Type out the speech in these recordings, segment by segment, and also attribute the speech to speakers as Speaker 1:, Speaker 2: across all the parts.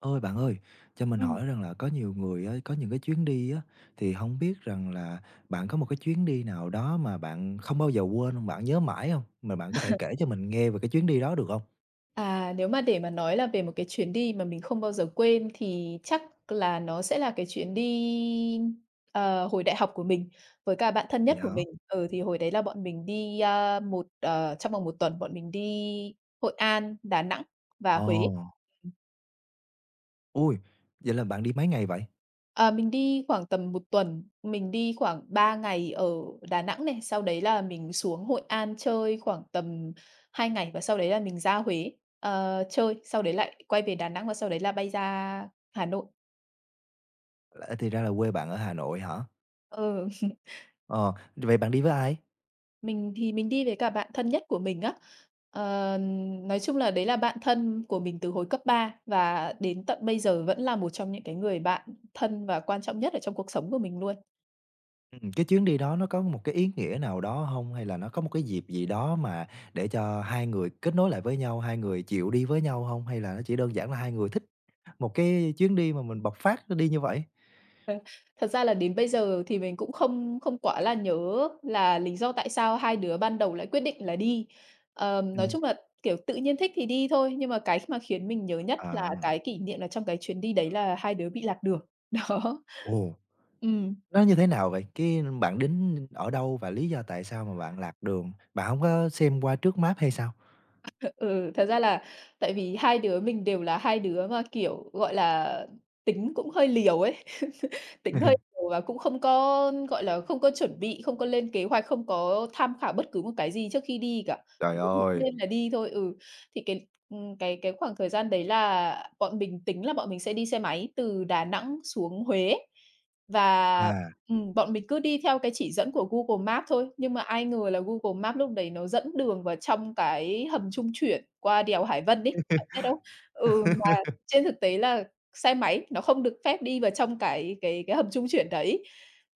Speaker 1: Ôi, bạn ơi, cho mình
Speaker 2: Ừm.
Speaker 1: hỏi rằng là có nhiều người á, có những cái chuyến đi á, thì không biết rằng là bạn có một cái chuyến đi nào đó mà bạn không bao giờ quên hông? Bạn nhớ mãi không mà bạn có thể kể cho mình nghe về cái chuyến đi đó được không?
Speaker 2: À, nếu mà để mà nói là về một cái chuyến đi mà mình không bao giờ quên thì chắc là nó sẽ là cái chuyến đi, hồi đại học của mình với cả bạn thân
Speaker 1: Vậy
Speaker 2: nhất của
Speaker 1: hả?
Speaker 2: mình. Ừ, thì hồi đấy là bọn mình đi, a, một ờ, trong vòng một tuần bọn mình đi Hội An, Đà Nẵng và Huế.
Speaker 1: Ồ, ôi, vậy là bạn đi mấy ngày vậy?
Speaker 2: À, mình đi khoảng tầm một tuần, mình đi khoảng 3 ngày ở Đà Nẵng này, sau đấy là mình xuống Hội An chơi khoảng tầm 2 ngày và sau đấy là mình ra Huế, chơi, sau đấy lại quay về Đà Nẵng và sau đấy là bay ra Hà Nội.
Speaker 1: Lẽ thì ra là quê bạn ở Hà Nội hả?
Speaker 2: Ừ,
Speaker 1: Ờ, vậy bạn đi với ai?
Speaker 2: mình thì mình đi với cả bạn thân nhất của mình á. Ờ, nói chung là đấy là bạn thân của mình từ hồi cấp 3 và đến tận bây giờ vẫn là một trong những cái người bạn thân và quan trọng nhất ở trong cuộc sống của mình luôn.
Speaker 1: Cái chuyến đi đó nó có một cái ý nghĩa nào đó hông? Hay là nó có một cái dịp gì đó mà để cho hai người kết nối lại với nhau, hai người chịu đi với nhau hông? Hay là nó chỉ đơn giản là hai người thích một cái chuyến đi mà mình bộc phát đi như vậy?
Speaker 2: Ờ, Thật ra là đến bây giờ thì mình cũng không không quá là nhớ là lý do tại sao hai đứa ban đầu lại quyết định là đi. Nói
Speaker 1: Ừm.
Speaker 2: chung là, kiểu, tự nhiên thích thì đi thôi, nhưng mà cái mà khiến mình nhớ nhất là
Speaker 1: À,
Speaker 2: cái kỷ niệm là trong cái chuyến đi đấy là hai đứa bị lạc đường, đó.
Speaker 1: ồ,
Speaker 2: Ừ.
Speaker 1: nó như thế nào vậy? Cái bạn đến ở đâu và lý do tại sao mà bạn lạc đường? Bạn hổng có xem qua trước map hay sao?
Speaker 2: Ừ, thật ra là tại vì hai đứa mình đều là hai đứa mà, kiểu, gọi là, tính cũng hơi liều ấy, tính hơi liều và cũng không có, gọi là, không có chuẩn bị, không có lên kế hoạch, không có tham khảo bất cứ một cái gì trước khi đi cả,
Speaker 1: Trời
Speaker 2: cứ
Speaker 1: ơi!
Speaker 2: lên là đi thôi. Ừ. Thì cái khoảng thời gian đấy là bọn mình tính là bọn mình sẽ đi xe máy từ Đà Nẵng xuống Huế và,
Speaker 1: À.
Speaker 2: bọn mình cứ đi theo cái chỉ dẫn của Google Maps thôi, nhưng mà ai ngờ là Google Maps lúc đấy nó dẫn đường vào trong cái hầm trung chuyển qua đèo Hải Vân ấy, bạn biết không? Ừ, mà trên thực tế là xe máy nó không được phép đi vào trong cái hầm trung chuyển đấy.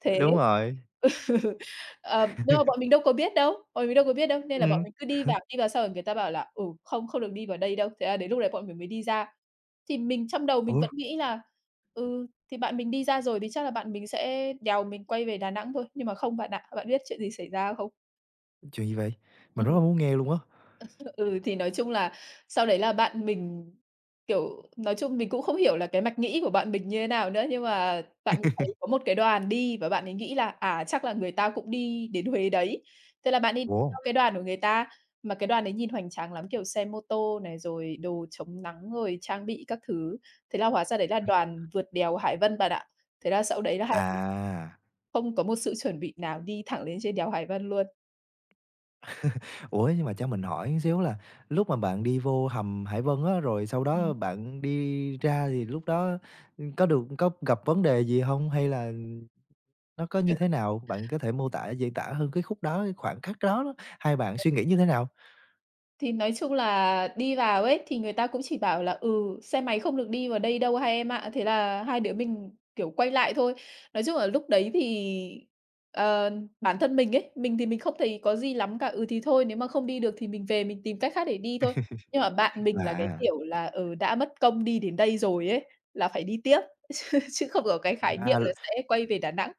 Speaker 2: Thế
Speaker 1: Đúng rồi.
Speaker 2: ừ. Đâu, bọn mình đâu có biết đâu, bọn mình đâu có biết đâu, nên là bọn
Speaker 1: Ừm.
Speaker 2: mình cứ đi vào xong rồi người ta bảo là "Ừ, không, không được đi vào đây đâu." Thế là đến lúc đấy bọn mình mới đi ra. Thì mình trong đầu mình
Speaker 1: Ủa,
Speaker 2: vẫn nghĩ là "Ừ, thì bạn mình đi ra rồi thì chắc là bạn mình sẽ đèo mình quay về Đà Nẵng thôi." Nhưng mà không bạn ạ, bạn biết chuyện gì xảy ra không?
Speaker 1: chuyện gì vậy? Mình rất
Speaker 2: Ừm.
Speaker 1: là muốn nghe luôn á.
Speaker 2: Ừ, thì nói chung là sau đấy là bạn mình, kiểu, nói chung mình cũng không hiểu là cái mạch nghĩ của bạn mình như thế nào nữa, nhưng mà bạn ấy thấy có một cái đoàn đi và bạn ấy nghĩ là, à, chắc là người ta cũng đi đến Huế đấy. Thế là bạn ấy đi
Speaker 1: Ủa?
Speaker 2: theo cái đoàn của người ta, mà cái đoàn đấy nhìn hoành tráng lắm, kiểu, xe mô tô này, rồi đồ chống nắng, rồi trang bị các thứ. Thế là hóa ra đấy là đoàn vượt đèo Hải Vân bạn ạ. Thế là sau đấy là
Speaker 1: À.
Speaker 2: không có một sự chuẩn bị nào, đi thẳng lên trên đèo Hải Vân luôn.
Speaker 1: Ủa, nhưng mà cho mình hỏi một xíu là lúc mà bạn đi vô hầm Hải Vân á, rồi sau đó
Speaker 2: Ừm.
Speaker 1: bạn đi ra thì lúc đó, có được có gặp vấn đề gì hông? Hay là nó có như thế nào? Bạn có thể mô tả, diễn tả hơn cái khúc đó, cái khoảnh khắc đó đó, hai bạn suy nghĩ như thế nào?
Speaker 2: Thì nói chung là đi vào ấy, thì người ta cũng chỉ bảo là "Ừ, xe máy không được đi vào đây đâu hai em ạ." Thế là hai đứa mình, kiểu, quay lại thôi. Nói chung là lúc đấy thì, ờ, bản thân mình ấy, mình thì mình không thấy có gì lắm cả, ừ, thì thôi nếu mà không đi được thì mình về mình tìm cách khác để đi thôi. Nhưng mà bạn mình là cái
Speaker 1: À,
Speaker 2: kiểu là, ừ, đã mất công đi đến đây rồi ấy, là phải đi tiếp, chứ chứ không có cái khái
Speaker 1: à,
Speaker 2: niệm là sẽ quay về Đà Nẵng.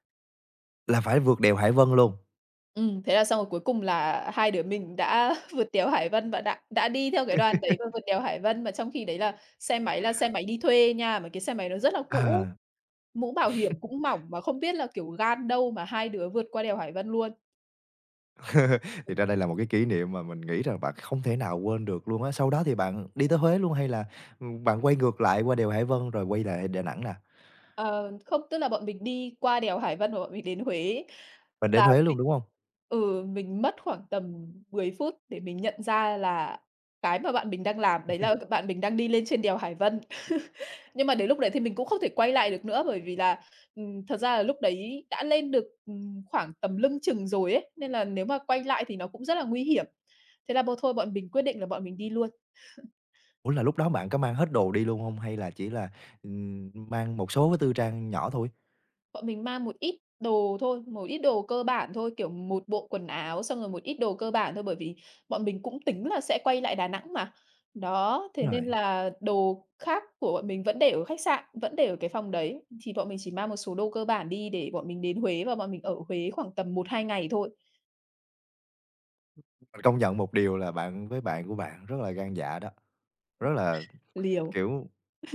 Speaker 1: là phải vượt đèo Hải Vân luôn.
Speaker 2: Thế là xong rồi cuối cùng là hai đứa mình đã vượt đèo Hải Vân và đã đi theo cái đoàn đấy và vượt đèo Hải Vân, mà trong khi đấy là xe máy đi thuê nha, mà cái xe máy nó rất là cũ,
Speaker 1: À,
Speaker 2: mũ bảo hiểm cũng mỏng mà không biết là, kiểu, gan đâu mà hai đứa vượt qua đèo Hải Vân luôn.
Speaker 1: thì ra đây là một cái kỷ niệm mà mình nghĩ rằng bạn không thể nào quên được luôn á. Sau đó thì bạn đi tới Huế luôn hay là, bạn quay ngược lại qua đèo Hải Vân rồi quay lại Đà Nẵng nè,
Speaker 2: Ờ, không, tức là bọn mình đi qua đèo Hải Vân và bọn mình đến Huế.
Speaker 1: bạn đến
Speaker 2: Và
Speaker 1: Huế luôn,
Speaker 2: mình
Speaker 1: đúng hông?
Speaker 2: ừ, mình mất khoảng tầm 10 phút để mình nhận ra là cái mà bạn mình đang làm đấy là bạn mình đang đi lên trên đèo Hải Vân. Nhưng mà đến lúc đấy thì mình cũng không thể quay lại được nữa, bởi vì là, thật ra là lúc đấy đã lên được, khoảng tầm lưng chừng rồi ấy, nên là nếu mà quay lại thì nó cũng rất là nguy hiểm. Thế là thôi bọn mình quyết định là bọn mình đi luôn.
Speaker 1: Ủa, là lúc đó bạn có mang hết đồ đi luôn hông? Hay là chỉ là, mang một số cái tư trang nhỏ thôi?
Speaker 2: Bọn mình mang một ít đồ thôi, một ít đồ cơ bản thôi, kiểu, một bộ quần áo, xong rồi một ít đồ cơ bản thôi, bởi vì bọn mình cũng tính là sẽ quay lại Đà Nẵng mà. Đó, thế
Speaker 1: Đúng
Speaker 2: nên
Speaker 1: rồi,
Speaker 2: là đồ khác của bọn mình vẫn để ở khách sạn, vẫn để ở cái phòng đấy, thì bọn mình chỉ mang một số đồ cơ bản đi để bọn mình đến Huế và bọn mình ở Huế khoảng tầm một hai ngày thôi.
Speaker 1: mình công nhận một điều là bạn với bạn của bạn rất là gan dạ đó, rất là
Speaker 2: Liều.
Speaker 1: kiểu,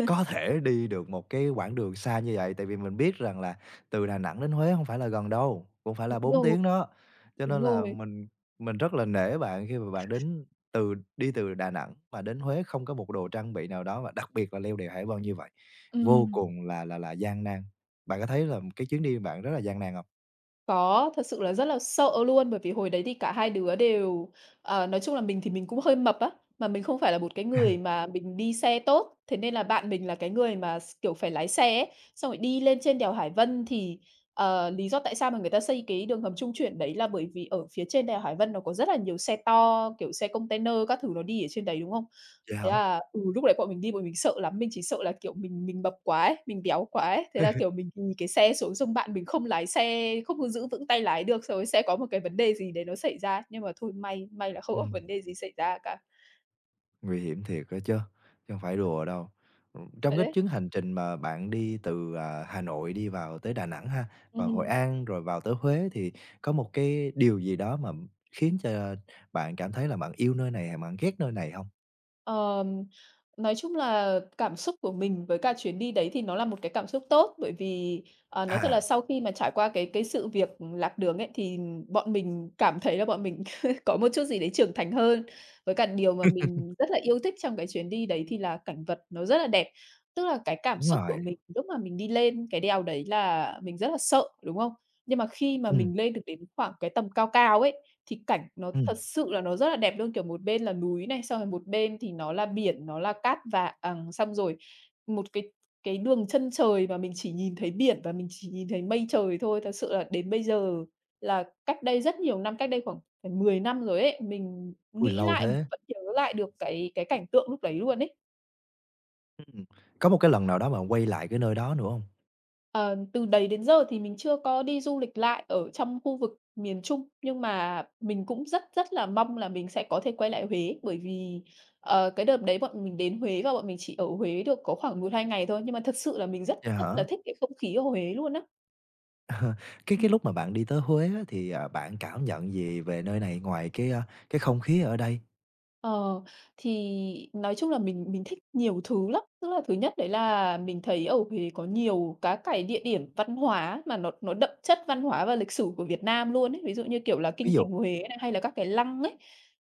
Speaker 1: có thể đi được một cái quãng đường xa như vậy, tại vì mình biết rằng là từ Đà Nẵng đến Huế không phải là gần đâu, cũng phải
Speaker 2: Đúng
Speaker 1: là 4
Speaker 2: rồi,
Speaker 1: tiếng đó. Cho
Speaker 2: đúng
Speaker 1: nên là
Speaker 2: rồi.
Speaker 1: mình rất là nể bạn khi mà bạn đến từ đi từ Đà Nẵng mà đến Huế không có một đồ trang bị nào đó, và đặc biệt là leo đèo Hải Vân như vậy, vô
Speaker 2: Ừm.
Speaker 1: cùng là là gian nan. Bạn có thấy là cái chuyến đi bạn rất là gian nan không?
Speaker 2: Có, thật sự là rất là sợ luôn, bởi vì hồi đấy thì cả hai đứa đều nói chung là mình thì mình cũng hơi mập á, mà mình không phải là một cái người mà mình đi xe tốt, thế nên là bạn mình là cái người mà kiểu, phải lái xe ấy. Xong rồi đi lên trên đèo Hải Vân thì, lý do tại sao mà người ta xây cái đường hầm trung chuyển đấy là bởi vì ở phía trên đèo Hải Vân nó có rất là nhiều xe to, kiểu, xe container các thứ nó đi ở trên đấy, đúng không?
Speaker 1: Vậy
Speaker 2: Thế
Speaker 1: hả?
Speaker 2: là lúc đấy bọn mình đi bọn mình sợ lắm, mình chỉ sợ là, kiểu, mình mập quá ấy, mình béo quá ấy, thế là, kiểu, mình ì cái xe xuống xong bạn mình không lái xe, không có giữ vững tay lái được, xong rồi xe có một cái vấn đề gì đấy nó xảy ra, nhưng mà thôi may may là không có vấn
Speaker 1: Ừm.
Speaker 2: đề gì xảy ra cả.
Speaker 1: Nguy hiểm thiệt đó chứ, chứ hông phải đùa đâu. Trong
Speaker 2: Vậy
Speaker 1: cái
Speaker 2: đấy.
Speaker 1: chuyến hành trình mà bạn đi từ, à, Hà Nội đi vào tới Đà Nẵng ha, vào Hội
Speaker 2: Ừm.
Speaker 1: An rồi vào tới Huế thì có một cái điều gì đó mà khiến cho bạn cảm thấy là bạn yêu nơi này hay bạn ghét nơi này không?
Speaker 2: Ờm, nói chung là cảm xúc của mình với cả chuyến đi đấy thì nó là một cái cảm xúc tốt, bởi vì, nói thật là
Speaker 1: À,
Speaker 2: sau khi mà trải qua cái sự việc lạc đường ấy, thì bọn mình cảm thấy là bọn mình có một chút gì đấy trưởng thành hơn. Với cả điều mà mình rất là yêu thích trong cái chuyến đi đấy thì là cảnh vật nó rất là đẹp. Tức là cái cảm
Speaker 1: đúng
Speaker 2: xúc của
Speaker 1: rồi,
Speaker 2: mình lúc mà mình đi lên cái đèo đấy là mình rất là sợ, đúng không? Nhưng mà khi mà
Speaker 1: ừm,
Speaker 2: mình lên được đến khoảng cái tầm cao cao ấy, thì cảnh nó
Speaker 1: ừm,
Speaker 2: thật sự là nó rất là đẹp luôn, kiểu, một bên là núi này, xong rồi một bên thì nó là biển, nó là cát vàng, à, xong rồi một cái đường chân trời mà mình chỉ nhìn thấy biển và mình chỉ nhìn thấy mây trời thôi. Thật sự là đến bây giờ là cách đây rất nhiều năm, cách đây khoảng phải 10 năm rồi ấy, mình
Speaker 1: ôi,
Speaker 2: nghĩ
Speaker 1: lâu
Speaker 2: lại
Speaker 1: thế.
Speaker 2: mình vẫn nhớ lại được cái cảnh tượng lúc đấy luôn ấy.
Speaker 1: Ừm, có một cái lần nào đó mà quay lại cái nơi đó nữa không?
Speaker 2: Ờ, Từ đấy đến giờ thì mình chưa có đi du lịch lại ở trong khu vực miền Trung, nhưng mà mình cũng rất rất là mong là mình sẽ có thể quay lại Huế, bởi vì, cái đợt đấy bọn mình đến Huế và bọn mình chỉ ở Huế được có khoảng một hai ngày thôi, nhưng mà thật sự là mình rất
Speaker 1: Dạ
Speaker 2: rất
Speaker 1: hả?
Speaker 2: là thích cái không khí ở Huế luôn á.
Speaker 1: Cái lúc mà bạn đi tới Huế á thì, à, bạn cảm nhận gì về nơi này ngoài cái, a, cái không khí ở đây?
Speaker 2: Ờ, thì nói chung là mình thích nhiều thứ lắm. Tức là thứ nhất đấy là mình thấy ở Huế có nhiều các cái địa điểm văn hóa mà nó đậm chất văn hóa và lịch sử của Việt Nam luôn ấy, ví dụ như, kiểu là,
Speaker 1: Ví
Speaker 2: kinh
Speaker 1: dụ
Speaker 2: thành Huế này, hay là các cái lăng ấy.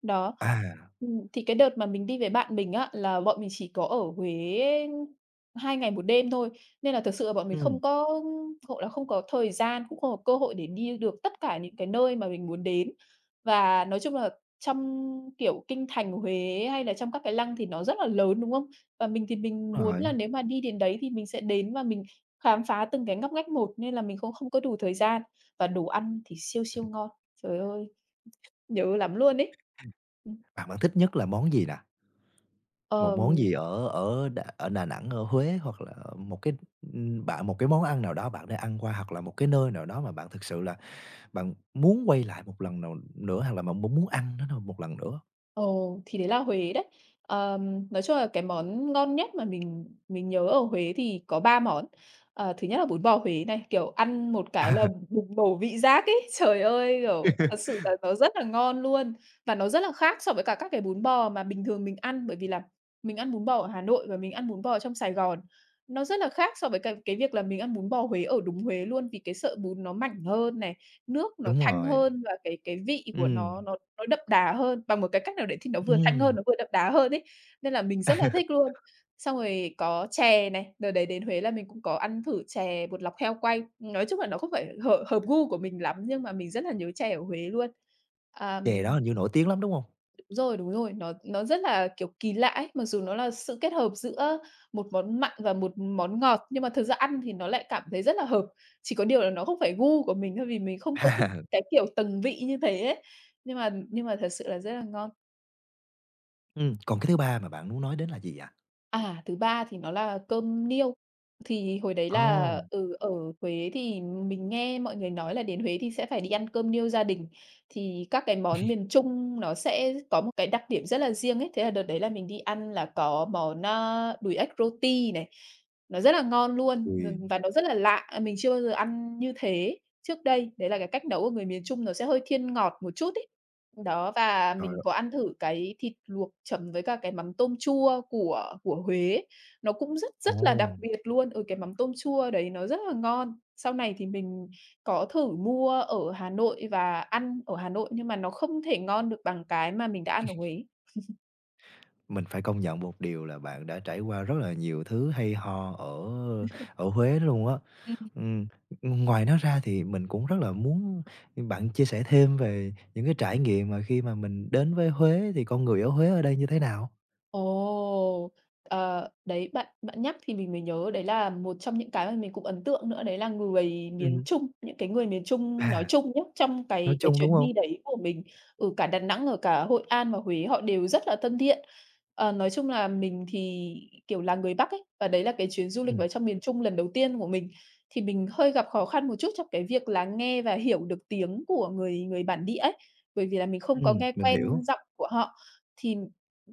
Speaker 2: Đó,
Speaker 1: à,
Speaker 2: thì cái đợt mà mình đi với bạn mình á, là bọn mình chỉ có ở Huế 2 ngày một đêm thôi, nên là thực sự là bọn mình
Speaker 1: ừm,
Speaker 2: không có gọi là, không có thời gian, cũng không có cơ hội để đi được tất cả những cái nơi mà mình muốn đến. Và nói chung là trong, kiểu, kinh thành Huế hay là trong các cái lăng thì nó rất là lớn, đúng không? Và mình thì mình
Speaker 1: đúng
Speaker 2: muốn
Speaker 1: rồi.
Speaker 2: là nếu mà đi đến đấy thì mình sẽ đến và mình khám phá từng cái ngóc ngách một, nên là mình cũng không có đủ thời gian, và đồ ăn thì siêu siêu ngon. Trời ơi, nhớ lắm luôn ấy. Ừm,
Speaker 1: À, bạn thích nhất là món gì nè? Một
Speaker 2: ờm
Speaker 1: món gì ở ở Đà Nẵng, ở Huế hoặc là một cái, bạn một cái món ăn nào đó bạn đã ăn qua hoặc là một cái nơi nào đó mà bạn thực sự là bạn muốn quay lại một lần nào nữa hoặc là bạn muốn muốn ăn nó một lần nữa?
Speaker 2: Ồ, thì đấy là Huế đấy. Nói chung là cái món ngon nhất mà mình nhớ ở Huế thì có 3 món. Ờ, thứ nhất là bún bò Huế này, kiểu, ăn một cái là bùng nổ vị giác ấy. Trời ơi, kiểu, thật sự là nó rất là ngon luôn, và nó rất là khác so với cả các cái bún bò mà bình thường mình ăn, bởi vì là mình ăn bún bò ở Hà Nội và mình ăn bún bò trong Sài Gòn. Nó rất là khác so với cái việc là mình ăn bún bò Huế ở đúng Huế luôn, vì cái sợi bún nó mảnh hơn này, nước nó
Speaker 1: Đúng
Speaker 2: thanh
Speaker 1: rồi.
Speaker 2: hơn và cái vị của
Speaker 1: Ừm,
Speaker 2: nó đậm đà hơn, bằng một cái cách nào đấy thì nó vừa thanh
Speaker 1: ừm,
Speaker 2: hơn, nó vừa đậm đà hơn ấy, nên là mình rất là thích luôn. Xong rồi có chè này, đợt đấy đến Huế là mình cũng có ăn thử chè bột lọc heo quay. Nói chung là nó không phải hợp hợp gu của mình lắm, nhưng mà mình rất là nhớ chè ở Huế luôn. À,
Speaker 1: chè đó hình như nổi tiếng lắm, đúng hông?
Speaker 2: đúng rồi, nó rất là, kiểu, kỳ lạ ấy, mặc dù nó là sự kết hợp giữa một món mặn và một món ngọt, nhưng mà thực ra ăn thì nó lại cảm thấy rất là hợp. Chỉ có điều là nó không phải gu của mình thôi vì mình không có thích cái kiểu tầng vị như thế ấy, nhưng mà thật sự là rất là ngon.
Speaker 1: Còn cái thứ ba mà bạn muốn nói đến là gì vậy?
Speaker 2: À, thứ ba thì nó là cơm niêu. Thì hồi đấy là,
Speaker 1: Ồ!
Speaker 2: ừ, ở Huế thì mình nghe mọi người nói là đến Huế thì sẽ phải đi ăn cơm niêu gia đình. Thì các cái món miền Trung nó sẽ có một cái đặc điểm rất là riêng ấy. Thế là đợt đấy là mình đi ăn là có món, a, đùi ếch roti này, nó rất là ngon luôn, ừ,
Speaker 1: Ui,
Speaker 2: và nó rất là lạ, mình chưa bao giờ ăn như thế trước đây. Đấy là cái cách nấu của người miền Trung nó sẽ hơi thiên ngọt một chút ấy. Đó, và
Speaker 1: trời
Speaker 2: mình
Speaker 1: ơi.
Speaker 2: có ăn thử cái thịt luộc chấm với cả cái mắm tôm chua của Huế, nó cũng rất
Speaker 1: Ồ!
Speaker 2: rất là đặc biệt luôn. Ừ, cái mắm tôm chua đấy nó rất là ngon. Sau này thì mình có thử mua ở Hà Nội và ăn ở Hà Nội nhưng mà nó không thể ngon được bằng cái mà mình đã ăn ở Huế.
Speaker 1: Mình phải công nhận một điều là bạn đã trải qua rất là nhiều thứ hay ho ở ở Huế đó luôn á. Ừm, ngoài nó ra thì mình cũng rất là muốn bạn chia sẻ thêm về những cái trải nghiệm mà khi mà mình đến với Huế thì con người ở Huế ở đây như thế nào?
Speaker 2: Ồ! Ờ, đấy, bạn bạn nhắc thì mình mới nhớ đấy là một trong những cái mà mình cũng ấn tượng nữa đấy là người miền
Speaker 1: Ừm,
Speaker 2: Trung, những cái người miền Trung nói
Speaker 1: à,
Speaker 2: chung nhé trong
Speaker 1: nói
Speaker 2: cái
Speaker 1: chung, đúng
Speaker 2: chuyến
Speaker 1: không?
Speaker 2: đi đấy của mình. Ở cả Đà Nẵng, ở cả Hội An và Huế họ đều rất là thân thiện. Ờ, nói chung là mình thì, kiểu, là người Bắc ấy, và đấy là cái chuyến du lịch
Speaker 1: Ừm,
Speaker 2: vào trong miền Trung lần đầu tiên của mình, thì mình hơi gặp khó khăn một chút trong cái việc là nghe và hiểu được tiếng của người người bản địa ấy, bởi vì là mình không có nghe
Speaker 1: mình hiểu.
Speaker 2: quen giọng của họ. Thì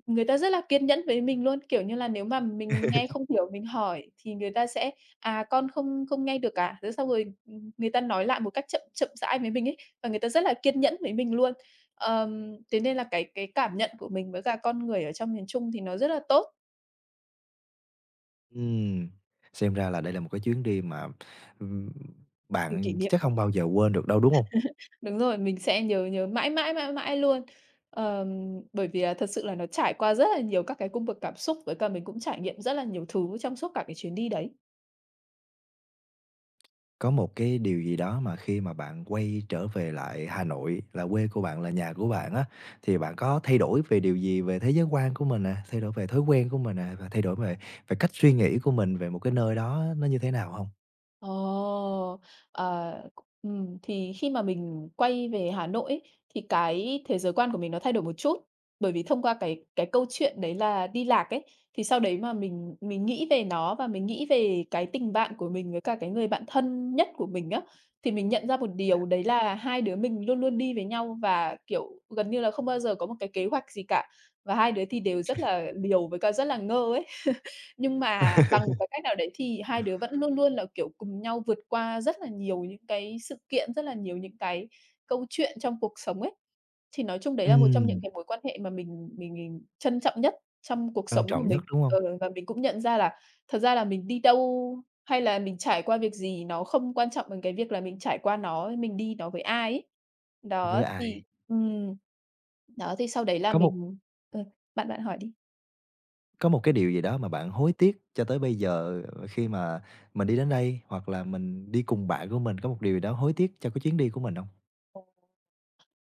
Speaker 2: người ta rất là kiên nhẫn với mình luôn, kiểu như là, nếu mà mình nghe không hiểu mình hỏi thì người ta sẽ "À, con không không nghe được à?" Thế xong rồi, người ta nói lại một cách chậm chậm rãi với mình ấy, và người ta rất là kiên nhẫn với mình luôn. Thế nên là cái cảm nhận của mình với cả con người ở trong miền Trung thì nó rất là tốt,
Speaker 1: Ừm, xem ra là đây là một cái chuyến đi mà, ừm,
Speaker 2: nhiều kỷ
Speaker 1: bạn
Speaker 2: niệm.
Speaker 1: chắc không bao giờ quên được đâu, đúng không?
Speaker 2: Đúng rồi, mình sẽ nhớ nhớ mãi mãi, mãi mãi luôn. Ờm, Bởi vì là thật sự là nó trải qua rất là nhiều các cái cung bậc cảm xúc, với cả mình cũng trải nghiệm rất là nhiều thứ trong suốt cả cái chuyến đi đấy.
Speaker 1: Có một cái điều gì đó mà khi mà bạn quay trở về lại Hà Nội là quê của bạn, là nhà của bạn á, thì bạn có thay đổi về điều gì về thế giới quan của mình nè, thay đổi về thói quen của mình nè, và thay đổi về về cách suy nghĩ của mình về một cái nơi đó nó như thế nào không?
Speaker 2: Ồ, à, thì khi mà mình quay về Hà Nội ấy, thì cái thế giới quan của mình nó thay đổi một chút, bởi vì thông qua cái câu chuyện đấy là đi lạc ấy, thì sau đấy mà mình nghĩ về nó và mình nghĩ về cái tình bạn của mình với cả cái người bạn thân nhất của mình á, thì mình nhận ra một điều đấy là hai đứa mình luôn luôn đi với nhau và, kiểu, gần như là không bao giờ có một cái kế hoạch gì cả, và hai đứa thì đều rất là liều với cả rất là ngơ ấy. Nhưng mà bằng một cái cách nào đấy thì hai đứa vẫn luôn luôn là, kiểu, cùng nhau vượt qua rất là nhiều những cái sự kiện, rất là nhiều những cái câu chuyện trong cuộc sống ấy. Thì nói chung đấy là một trong những
Speaker 1: Ừm,
Speaker 2: cái mối quan hệ mà mình trân trọng nhất trong cuộc
Speaker 1: quan
Speaker 2: sống của
Speaker 1: trọng nhất,
Speaker 2: mình.
Speaker 1: đúng không?
Speaker 2: Ừ, và mình cũng nhận ra là thật ra là mình đi đâu hay là mình trải qua việc gì nó không quan trọng bằng cái việc là mình trải qua nó, mình đi nó với ai ấy.
Speaker 1: Với
Speaker 2: Đó, thì
Speaker 1: ai?
Speaker 2: ừm, đó, thì sau đấy là
Speaker 1: có một
Speaker 2: mình ừ, bạn bạn hỏi đi.
Speaker 1: có một cái điều gì đó mà bạn hối tiếc cho tới bây giờ khi mà mình đi đến đây, hoặc là mình đi cùng bạn của mình, có một điều gì đó hối tiếc cho cái chuyến đi của mình không?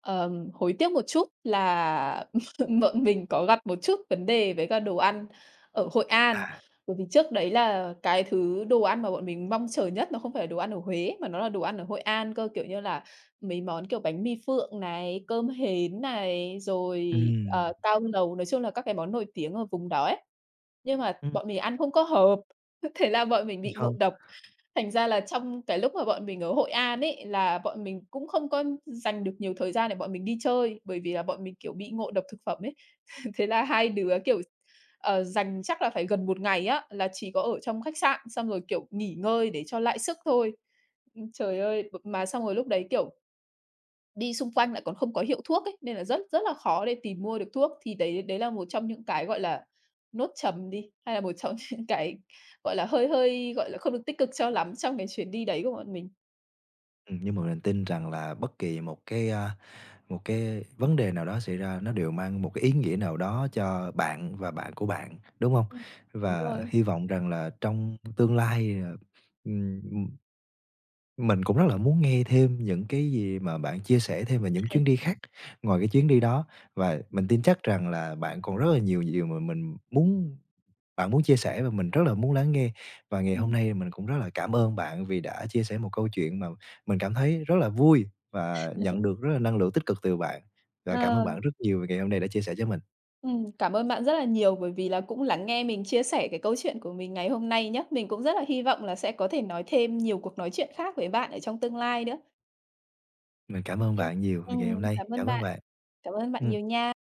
Speaker 2: Hối tiếc một chút là bọn mình có gặp một chút vấn đề với cả đồ ăn ở Hội An.
Speaker 1: À,
Speaker 2: Bởi vì trước đấy là cái thứ đồ ăn mà bọn mình mong chờ nhất nó không phải là đồ ăn ở Huế mà nó là đồ ăn ở Hội An cơ, kiểu như là, mấy món kiểu bánh mì phượng này, cơm hến này, rồi, ờ,
Speaker 1: ừm,
Speaker 2: cao lầu, nói chung là các cái món nổi tiếng ở vùng đó ấy. Nhưng mà bọn mình ăn không có hợp, thế là bọn mình bị ngộ
Speaker 1: ừm,
Speaker 2: độc. Thành ra là trong cái lúc mà bọn mình ở Hội An ấy, là bọn mình cũng không có dành được nhiều thời gian để bọn mình đi chơi, bởi vì là bọn mình, kiểu, bị ngộ độc thực phẩm ấy. Thế là hai đứa, kiểu, ờ, dành chắc là phải gần một ngày á, là chỉ có ở trong khách sạn, xong rồi, kiểu, nghỉ ngơi để cho lại sức thôi. Trời ơi, b mà xong rồi lúc đấy, kiểu, đi xung quanh lại còn không có hiệu thuốc ấy, nên là rất rất là khó để tìm mua được thuốc. Thì đấy đấy là một trong những cái, gọi là, nốt trầm đi, hay là một trong những cái, gọi là, hơi hơi, gọi là, không được tích cực cho lắm trong cái chuyến đi đấy của bọn mình.
Speaker 1: ừm, nhưng mà mình tin rằng là bất kỳ một cái, a, một cái vấn đề nào đó xảy ra nó đều mang một cái ý nghĩa nào đó cho bạn và bạn của bạn, đúng không?
Speaker 2: Ừm, đúng
Speaker 1: Và
Speaker 2: rồi.
Speaker 1: hy vọng rằng là trong tương lai, ờ, ừm, mình cũng rất là muốn nghe thêm những cái gì mà bạn chia sẻ thêm về những chuyến đi khác ngoài cái chuyến đi đó, và
Speaker 2: Ừm,
Speaker 1: mình tin chắc rằng là bạn còn rất là nhiều điều mà mình muốn bạn muốn chia sẻ và mình rất là muốn lắng nghe. Và ngày hôm nay mình cũng rất là cảm ơn bạn vì đã chia sẻ một câu chuyện mà mình cảm thấy rất là vui và nhận được rất là năng lượng tích cực từ bạn. Và cảm ơn
Speaker 2: ờ,
Speaker 1: bạn rất nhiều vì ngày hôm nay đã chia sẻ cho mình.
Speaker 2: Cảm ơn bạn rất là nhiều bởi vì là cũng lắng nghe mình chia sẻ cái câu chuyện của mình ngày hôm nay nhé. Mình cũng rất là hy vọng là sẽ có thể nói thêm nhiều cuộc nói chuyện khác với bạn ở trong tương lai nữa.
Speaker 1: Mình cảm
Speaker 2: Ô
Speaker 1: ơn
Speaker 2: kê.
Speaker 1: bạn nhiều vì ngày hôm nay.
Speaker 2: Cảm ơn
Speaker 1: Cảm ơn
Speaker 2: bạn.
Speaker 1: bạn.
Speaker 2: Cảm ơn bạn
Speaker 1: Ừm.
Speaker 2: nhiều nha.